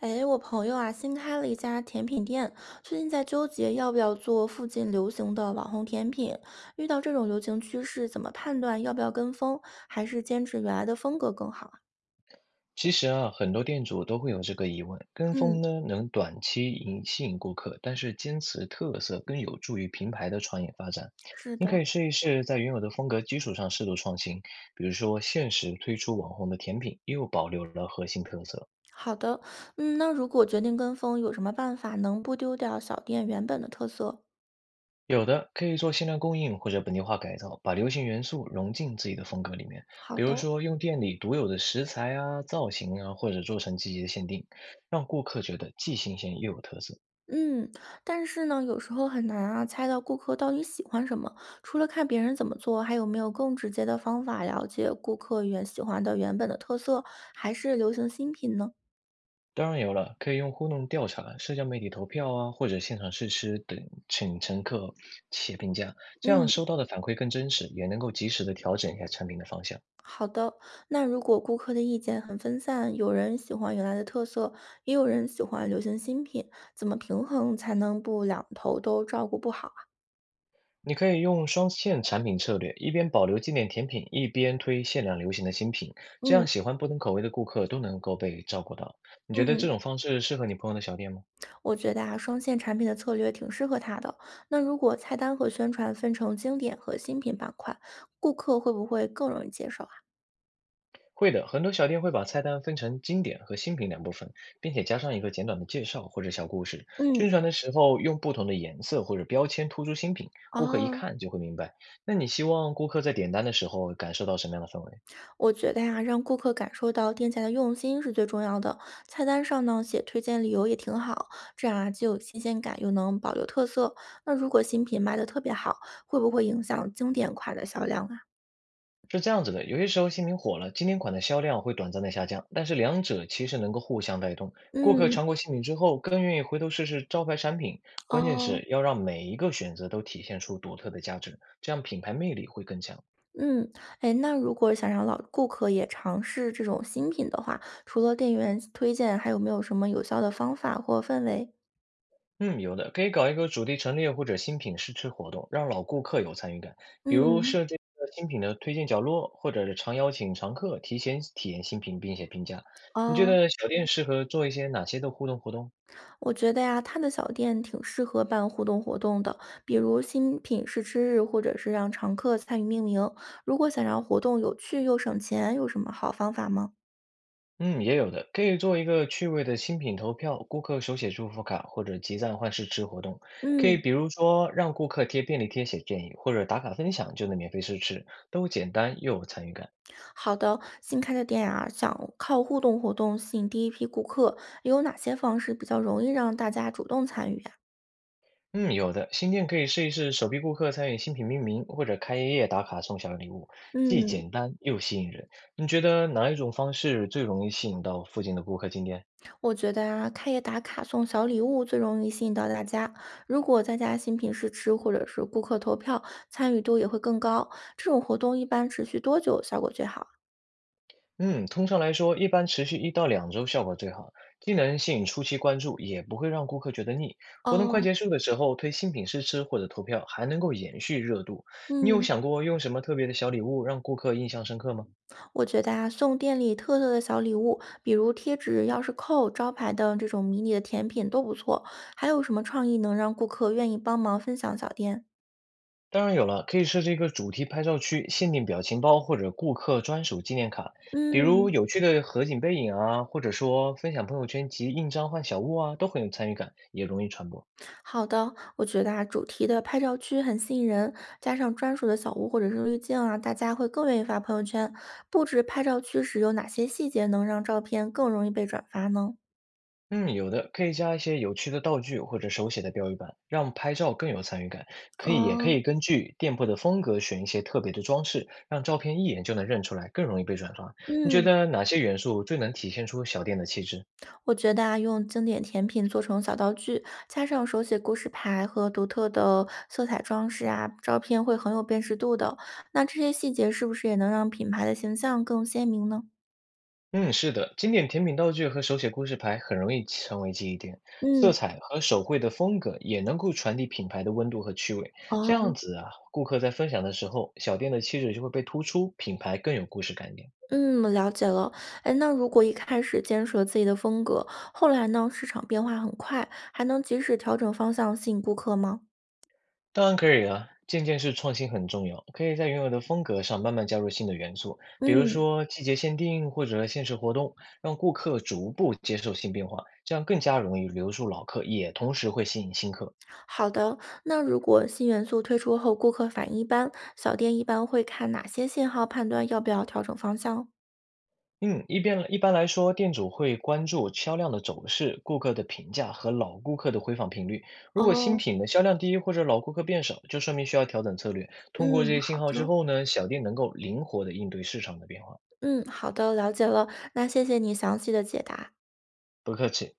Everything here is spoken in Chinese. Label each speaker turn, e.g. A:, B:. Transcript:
A: 哎，我朋友啊，新开了一家甜品店，最近在纠结要不要做附近流行的网红甜品。遇到这种流行趋势，怎么判断要不要跟风，还是坚持原来的风格更好啊？
B: 其实啊，很多店主都会有这个疑问，跟
A: 嗯，
B: 风呢能短期引吸引顾客，但是坚持特色更有助于品牌的长远发展。
A: 是
B: 你可
A: 的，
B: 以试一试在原有的风格基础上适度创新，比如说限时推出网红的甜品，又保留了核心特色。
A: 好的。嗯，那如果决定跟风，有什么办法能不丢掉小店原本的特色？
B: 有的可以做限量供应或者本地化改造，把流行元素融进自己的风格里面，
A: 好
B: 比如
A: 的。
B: 说用店里独有的食材啊、造型啊，或者做成季节限定，让顾客觉得既新鲜又有特色。
A: 嗯，但是呢，有时候很难啊，猜到顾客到底喜欢什么。除了看别人怎么做，还有没有更直接的方法了解顾客原喜欢的原本的特色，还是流行新品呢？
B: 当然有了，可以用互动调查、社交媒体投票啊，或者现场试吃等，请乘客写评价，这样
A: 嗯，
B: 收到的反馈更真实，也能够及时的调整一下产品的方向。
A: 好的。那如果顾客的意见很分散，有人喜欢原来的特色，也有人喜欢流行新品，怎么平衡才能不两头都照顾不好啊？
B: 你可以用双线产品策略，一边保留经典甜品，一边推限量流行的新品，这样
A: 嗯
B: 喜欢不同口味的顾客都能够被照顾到。你觉得这
A: 嗯。
B: 种方式适合你朋友的小店吗？
A: 我觉得啊，双线产品的策略挺适合他的。那如果菜单和宣传分成经典和新品板块，顾客会不会更容易接受啊？
B: 会的，很多小店会把菜单分成经典和新品两部分，并且加上一个简短的介绍或者小故事。
A: 嗯，
B: 宣传的时候用不同的颜色或者标签突出新品，顾客一
A: 哦，
B: 看就会明白。那你希望顾客在点单的时候感受到什么样的氛围？
A: 我觉得呀、让顾客感受到店家的用心是最重要的。菜单上呢写推荐理由也挺好，这样啊既有新鲜感，又能保留特色。那如果新品卖的特别好，会不会影响经典款的销量啊？
B: 是这样子的，有些时候新品火了，经典款的销量会短暂的下降，但是两者其实能够互相带动。顾客
A: 嗯，
B: 尝过新品之后，更愿意回头试试招牌产品。关键
A: 哦，
B: 是要让每一个选择都体现出独特的价值，这样品牌魅力会更强。
A: 嗯，哎，那如果想让老顾客也尝试这种新品的话，除了店员推荐，还有没有什么有效的方法或氛围？
B: 嗯，有的，可以搞一个主题陈列或者新品试吃活动，让老顾客有参与感。比如
A: 嗯，
B: 设计一个新品的推荐角落，或者是常邀请常客提前体验新品并且评价。你觉
A: 啊，
B: 得小店适合做一些哪些的互动活动？
A: 我觉得呀，他的小店挺适合办互动活动的，比如新品试吃日，或者是让常客参与命名。如果想让活动有趣又省钱，有什么好方法吗？
B: 嗯，也有的，可以做一个趣味的新品投票、顾客手写祝福卡或者集赞换试吃活动。可以
A: 嗯，
B: 比如说让顾客贴便利贴写建议，或者打卡分享就能免费试吃，都简单又有参与感。
A: 好的。新开的店啊，想靠互动活动吸引第一批顾客，有哪些方式比较容易让大家主动参与呀？
B: 嗯，有的，新店可以试一试首批顾客参与新品命名，或者开业夜打卡送小礼物，既
A: 嗯，
B: 简单又吸引人。你觉得哪一种方式最容易吸引到附近的顾客进店？
A: 我觉得啊，开业打卡送小礼物最容易吸引到大家。如果再加新品试吃或者是顾客投票，参与度也会更高。这种活动一般持续多久效果最好？
B: 嗯，通常来说，一般持续1到2周效果最好，既能吸引初期关注，也不会让顾客觉得腻。活动快
A: 哦，
B: 结束的时候推新品试吃或者投票，还能够延续热度。你有
A: 嗯，
B: 想过用什么特别的小礼物让顾客印象深刻吗？
A: 我觉得啊，送店里特色的小礼物，比如贴纸、钥匙扣、招牌的这种迷你的甜品都不错。还有什么创意能让顾客愿意帮忙分享小店？
B: 当然有了，可以设置一个主题拍照区，限定表情包或者顾客专属纪念卡，比如
A: 嗯，
B: 有趣的合景背影啊，或者说分享朋友圈及印章换小物啊，都很有参与感，也容易传播。
A: 好的，我觉得啊，主题的拍照区很吸引人，加上专属的小屋或者是滤镜啊，大家会更愿意发朋友圈。布置拍照区时有哪些细节能让照片更容易被转发呢？
B: 嗯，有的可以加一些有趣的道具或者手写的标语板，让拍照更有参与感。可以，也可
A: 哦，
B: 以根据店铺的风格选一些特别的装饰，让照片一眼就能认出来，更容易被转发。你觉
A: 嗯，
B: 得哪些元素最能体现出小店的气质？
A: 我觉得啊，用经典甜品做成小道具，加上手写故事牌和独特的色彩装饰啊，照片会很有辨识度的。那这些细节是不是也能让品牌的形象更鲜明呢？
B: 嗯，是的，经典甜品道具和手写故事牌很容易成为记忆点，色
A: 嗯。
B: 彩和手绘的风格也能够传递品牌的温度和趣味。这
A: 哦
B: 样子啊，顾客在分享的时候，小店的气质就会被突出，品牌更有故事感点。
A: 嗯，了解了。哎，那如果一开始坚持了自己的风格，后来呢，市场变化很快，还能及时调整方向吸引顾客吗？
B: 当然可以啊，渐渐是创新很重要，可以在原有的风格上慢慢加入新的元素，比如
A: 嗯，
B: 说季节限定或者限时活动，让顾客逐步接受新变化，这样更加容易留住老客，也同时会吸引新客。
A: 好的。那如果新元素推出后，顾客反应一般，小店一般会看哪些信号判断要不要调整方向？
B: 嗯，一般来说，店主会关注销量的走势、顾客的评价和老顾客的回访频率。如果新
A: 哦，
B: 品的销量低或者老顾客变少，就说明需要调整策略。通
A: 嗯，
B: 过这些信
A: 好
B: 号之
A: 的，
B: 后呢，小店能够灵活的应对市场的变化。
A: 嗯，好的，了解了。那谢谢你详细的解答。
B: 不客气。